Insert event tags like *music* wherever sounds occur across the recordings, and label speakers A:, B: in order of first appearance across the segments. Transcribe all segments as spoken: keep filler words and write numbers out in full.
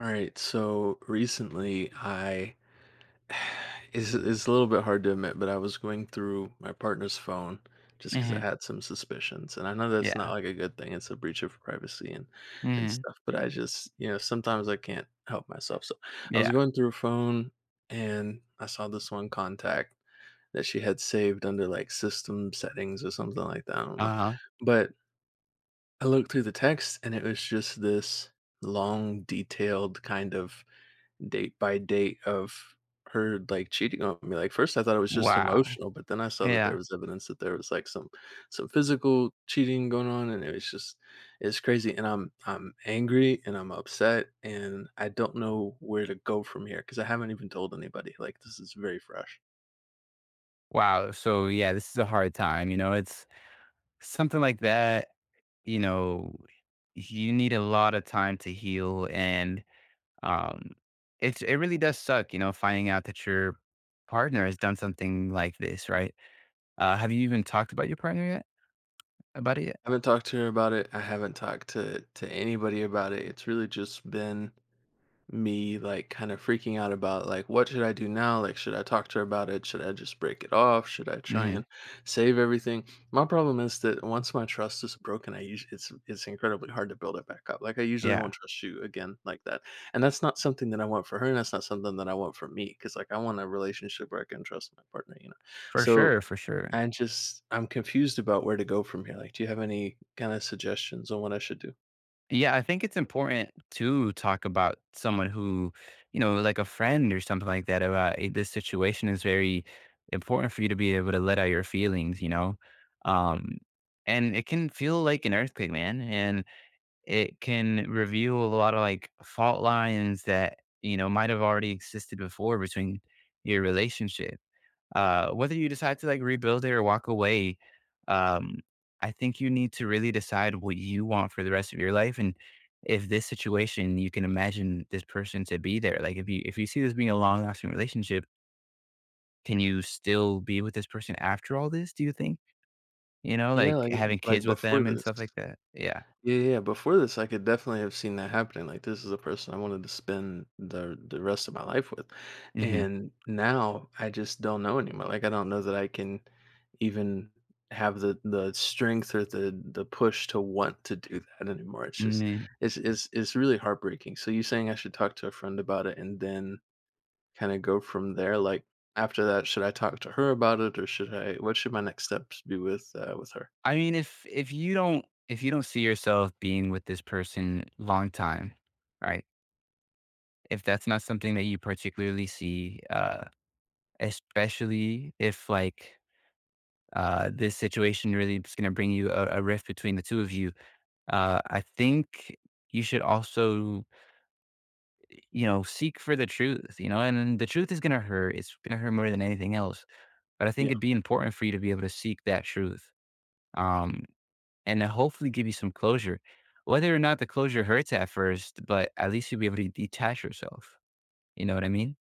A: All right, so recently I *sighs* it's, it's a little bit hard to admit, but I was going through my partner's phone just because I
B: Mhm.
A: had some suspicions, and I know that's not
B: Yeah.
A: like a good thing. It's a breach of privacy and and
B: Mhm.
A: stuff, but I just you know sometimes I can't help myself. So I was
B: Yeah.
A: going through her phone and I saw this one contact that she had saved under like system settings or something like that. I don't know,
B: Uh-huh.
A: but I looked through the text and it was just this long, detailed kind of date by date of her, like, cheating on me. Like, first I thought it was just
B: Wow.
A: emotional, but then I saw that there
B: Yeah.
A: was evidence that there was, like, some some physical cheating going on, and it was just it's crazy, and I'm I'm angry, and I'm upset, and I don't know where to go from here because I haven't even told anybody, like, this is very fresh.
B: Wow. So yeah, this is a hard time, you know, it's something like that, you know, you need a lot of time to heal, and um it's it really does suck, you know, finding out that your partner has done something like this, right? Uh have you even talked about your partner yet? About it yet?
A: I haven't talked to her about it, I haven't talked to to anybody about it, it's really just been me like kind of freaking out about like what should I do now? Like should I talk to her about it? Should I just break it off? Should I try
B: Mhm.
A: and save everything? My problem is that once my trust is broken, I usually it's it's incredibly hard to build it back up. Like I usually
B: Yeah.
A: won't trust you again like that. And that's not something that I want for her and that's not something that I want for me cuz like I want a relationship where I can trust my partner, you know.
B: For
A: So
B: sure, for sure.
A: I just I'm confused about where to go from here. Like do you have any kind of suggestions on what I should do?
B: Yeah, I think it's important to talk about someone who, you know, like a friend or something like that about, "Hey, this situation is very important for you to be able to let out your feelings, you know?" Um, and it can feel like an earthquake, man. And it can reveal a lot of like fault lines that, you know, might have already existed before between your relationship. Uh, whether you decide to like rebuild it or walk away, um, I think you need to really decide what you want for the rest of your life. And if this situation, you can imagine this person to be there. Like if you if you see this being a long lasting relationship, can you still be with this person after all this? Do you think? You know,
A: Yeah,
B: like
A: like
B: having
A: like
B: kids with
A: before
B: them and
A: this.
B: stuff like that. Yeah.
A: Yeah, yeah, yeah. Before this, I could definitely have seen that happening. Like, this is a person I wanted to spend the the rest of my life with,
B: Hmm.
A: and now I just don't know anymore. Like, I don't know that I can even have the the strength or the the push to want to do that anymore. It's just
B: Hmm.
A: it's it's it's really heartbreaking. So you saying I should talk to a friend about it and then kind of go from there. Like after that, should I talk to her about it or should I? What should my next steps be with uh, with her?
B: I mean, if if you don't if you don't see yourself being with this person long time, right? If that's not something that you particularly see, uh, especially if like uh, this situation really is going to bring you a, a rift between the two of you. Uh, I think you should also, you know, seek for the truth, you know, and then the truth is going to hurt. It's going to hurt more than anything else. But I think it'd be important for you to be able to seek that truth, um, and then hopefully give you some closure. Whether or not the closure hurts at first, but at least you'll be able to detach yourself. You know what I mean?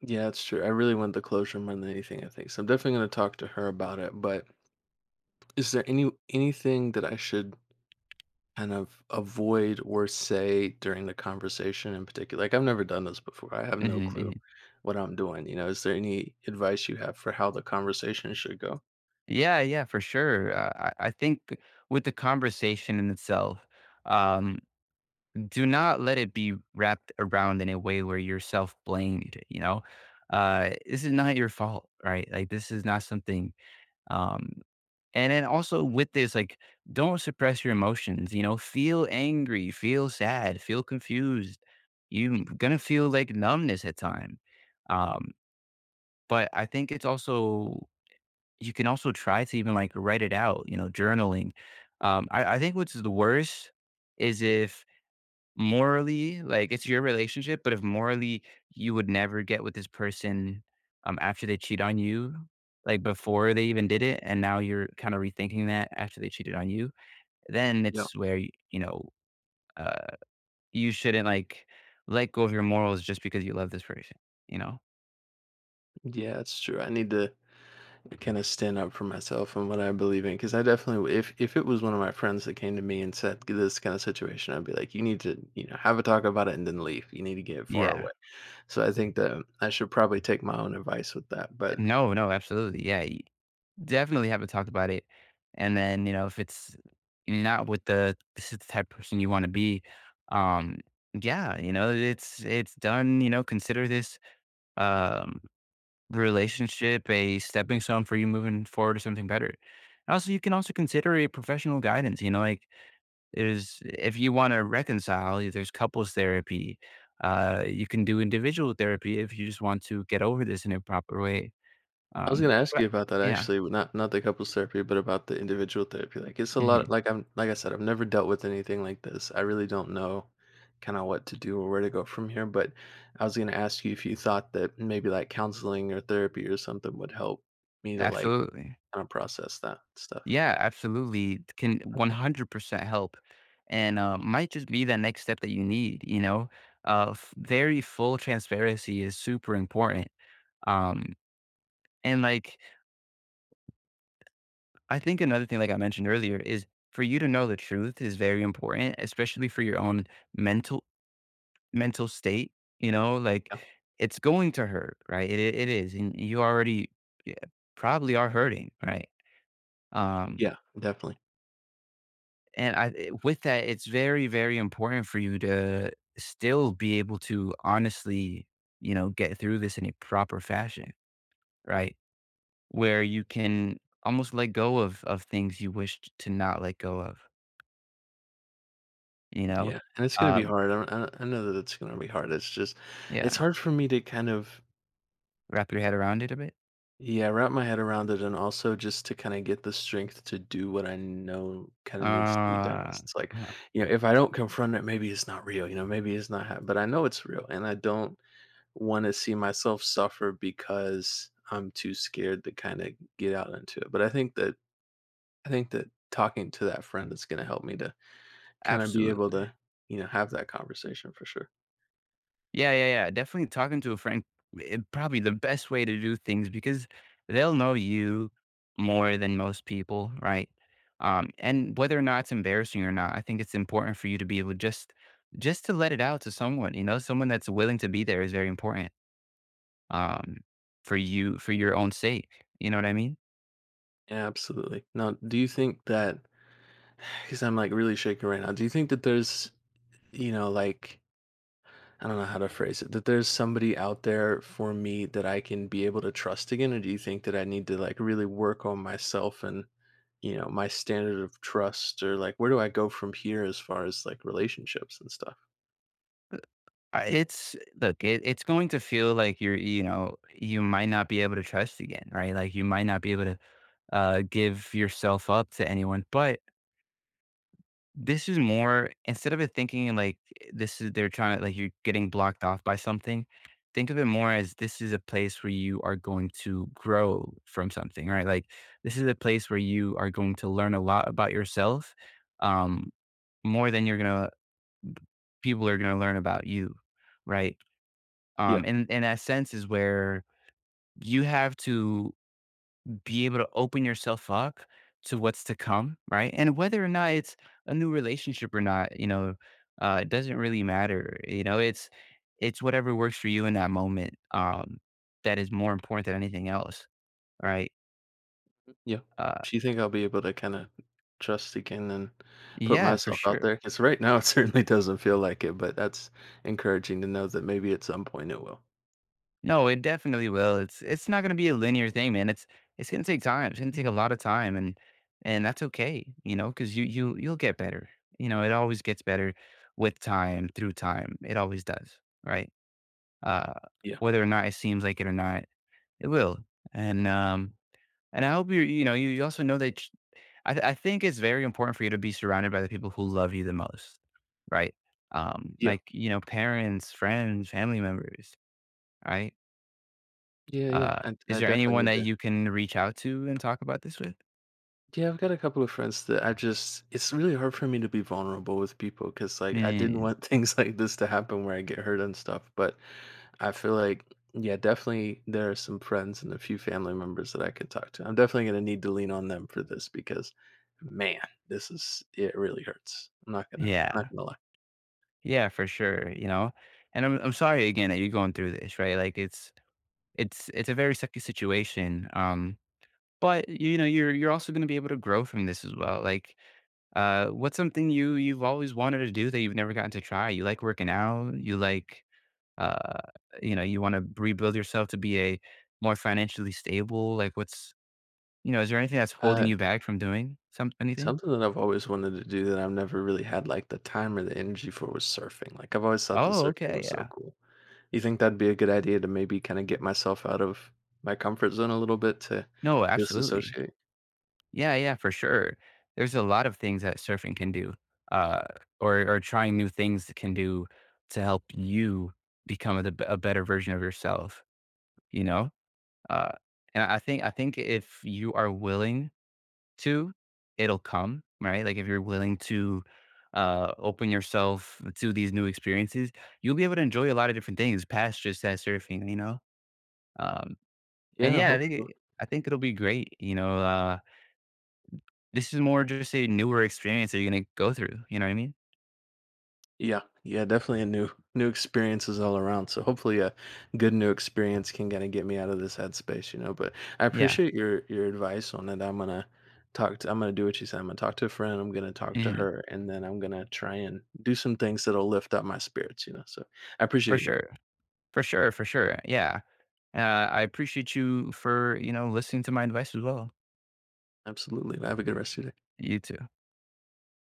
A: Yeah, that's true. I really want the closure more than anything, I think. So I'm definitely going to talk to her about it. But is there any anything that I should kind of avoid or say during the conversation in particular? Like I've never done this before. I have no
B: Mhm,
A: clue
B: mhm.
A: what I'm doing. You know, is there any advice you have for how the conversation should go?
B: Yeah, yeah, for sure. Uh, I I think with the conversation in itself, um, do not let it be wrapped around in a way where you're self-blamed, you know? Uh, this is not your fault, right? Like, this is not something. um and then also with this, like, don't suppress your emotions, you know? Feel angry, feel sad, feel confused. You are gonna feel like numbness at time. Um, but I think it's also you can also try to even like write it out, you know, journaling. Um, I, I think what's the worst is if morally, like it's your relationship, but if morally you would never get with this person, um, after they cheat on you, like before they even did it, and now you're kind of rethinking that after they cheated on you, then
A: Yeah.
B: it's where, y- you know, uh, you shouldn't like let go of your morals just because you love this person, you know?
A: Yeah, that's true. I need to kind of stand up for myself and what I believe in because I definitely w- if if it was one of my friends that came to me and said this kind of situation, I'd be like, you need to, you know, have a talk about it and then leave. You need to get far
B: Yeah.
A: away. So I think that I should probably take my own advice with that. But
B: No, no, absolutely. Yeah. Definitely have to talk about it. And then, you know, if it's not with the this is the type of person you want to be, um, yeah, you know, it's it's done, you know, consider this um relationship a stepping stone for you moving forward to something better. And also you can also consider a professional guidance, you know, like there's if you want to reconcile, there's couples therapy. Uh you can do individual therapy if you just want to get over this in a proper way.
A: I was
B: Um
A: gonna ask
B: but
A: you about that
B: yeah.
A: actually, w- not not the couples therapy, but about the individual therapy. Like it's a lot
B: Hmm.
A: like I'm like I said, I've never dealt with anything like this. I really don't know kind of what to do or where to go from here. But I was gonna ask you if you thought that maybe like counseling or therapy or something would help me to like
B: Absolutely.
A: kind of process that stuff.
B: Yeah, absolutely. It can
A: Okay.
B: one hundred percent help, and uh, might just be that next step that you need, you know? Uh, f- very full transparency is super important. Um, and like, I think another thing, like I mentioned earlier, is for you to know the truth is very important, especially for your own mental mental state, you know, like
A: Yeah.
B: it's going to hurt, right? It, it is. And you already, yeah, probably are hurting, right? Um,
A: Yeah, definitely.
B: And I, eh, with that, it's very, very important for you to still be able to honestly, you know, get through this in a proper fashion, right? Where you can almost let go of of things you wished to not let go of, you know?
A: Yeah, and it's gonna
B: Uh,
A: be hard. I, I, I know that it's gonna be hard. It's just, it's
B: yeah,
A: hard for me to kind of.
B: wrap your head around it a bit.
A: Yeah, wrap my head around it and also just to kinda get the strength to do what I know kinda needs to be done.
B: Uh,
A: Cause it's like,
B: *laughs* uh
A: you know, if I don't confront it, maybe it's not real, you know, maybe it's not ha but I know it's real, and I don't wanna see myself suffer because I'm too scared to kinda get out into it, but I think that I think that talking to that friend is gonna help me to kinda be able
B: absolutely.
A: to, you know, have that conversation for sure.
B: Yeah, yeah, yeah. Definitely talking to a friend, it, probably the best way to do things because they'll know you more than most people, right? Um, and whether or not it's embarrassing or not, I think it's important for you to be able just just to let it out to someone. You know, someone that's willing to be there is very important, um, for you for your own sake. You know what I mean?
A: Yeah, absolutely. Now, do you think that? *sighs* because 'cause I'm, like, really shaking right now, do you think that there's, you know, like I don't know how to phrase it, that there's somebody out there for me that I can be able to trust again? Or do you think that I need to like really work on myself and, you know, my standard of trust or like where do I go from here as far as like relationships and stuff?
B: I- It's, look, it, it's going to feel like you're, you know, you might not be able to trust again, right? Like you might not be able to uh, give yourself up to anyone. But this is more, instead of it thinking like, eh, this is they're trying to like you're getting blocked off by something, think of it more as this is a place where you are going to grow from something, right? Like this is a place where you are going to learn a lot about yourself, um, more than you're gonna people are gonna learn about you, right?
A: Yeah,
B: Um, and in that sense is where you have to be able to open yourself up to what's to come, right? And whether or not it's a new relationship or not, you know, uh, it doesn't really matter. You know, it's it's whatever works for you in that moment, um, that is more important than anything else, right?
A: yeah.
B: Uh,
A: Do you think I'll be able to kind of trust again and put
B: yeah, for
A: myself out
B: sure.
A: there? Because right now it *laughs* certainly doesn't feel like it, but that's encouraging to know that maybe at some point it will.
B: No, it definitely will. It's it's not going to be a linear thing, man. It's it's going to take time. It's going to take a lot of time, and and that's okay, you know, because you you you'll get better. You know, it always gets better with time, through time. It always does, right? uh,
A: Yeah,
B: Whether or not it seems like it or not, it will. And um, and I hope you you know you, you also know that ch- I th- I think it's very important for you to be surrounded by the people who love you the most, right? Um,
A: yeah.
B: like you know, parents, friends, family members, right?
A: Yeah, yeah.
B: Uh,
A: I,
B: is
A: I
B: there
A: definitely
B: anyone
A: need
B: that
A: to.
B: you can reach out to and talk about this with?
A: Yeah, I've got a couple of friends that I just it's really hard for me to be vulnerable with people because like I didn't
B: Mm,
A: want *laughs* things like this to happen where I get hurt and stuff, but I feel like yeah, definitely there are some friends and a few family members that I could talk to. I'm definitely going to need to lean on them for this because man, this is it really hurts. I'm not going to not
B: yeah,
A: going to lie.
B: yeah, for sure. You know, and I'm I'm sorry again that you're going through this, right? Like it's it's it's a very sucky situation. Um, But, you know, you're you're also gonna be able to grow from this as well, like, uh, what's something you you've always wanted to do that you've never gotten to try? You like working out, you like, uh, you know, you wanna rebuild yourself to be a more financially stable, like, what's you know, is there anything that's holding
A: Uh
B: you back from doing some anything?
A: something that I've always wanted to do that I've never really had like the time or the energy for was surfing. Like I've always thought the
B: Oh,
A: surfing
B: okay,
A: was so
B: yeah.
A: cool. You think that'd be a good idea to maybe kinda get myself out of my comfort zone a little bit to
B: No, absolutely.
A: disassociate?
B: Yeah, yeah, for sure. There's a lot of things that surfing can do, uh, or or trying new things that can do to help you become a a better version of yourself. You know? Uh, and I think I think if you are willing to, it'll come, right? Like if you're willing to uh open yourself to these new experiences, you'll be able to enjoy a lot of different things past just that surfing, you know? Um and
A: Yeah, I
B: yeah, I
A: hope
B: think
A: so.
B: it- I think it'll be great, you know. Uh this is more just a newer experience that you're gonna go through, you know what I mean?
A: Yeah, yeah, definitely a new new experiences all around, so hopefully a good new experience can kinda get me out of this headspace, you know, but I
B: Yeah.
A: appreciate your your advice on it. I'm gonna talk to I'm gonna do what you said, I'm gonna talk to a friend, I'm gonna talk to
B: And
A: her, and then I'm gonna try and do some things that'll lift up my spirits, you know, so I
B: For
A: appreciate you.
B: sure. For sure, for sure. Yeah. Uh, I appreciate you for, you know, listening to my advice as well.
A: Absolutely, have a good rest of your day.
B: You too.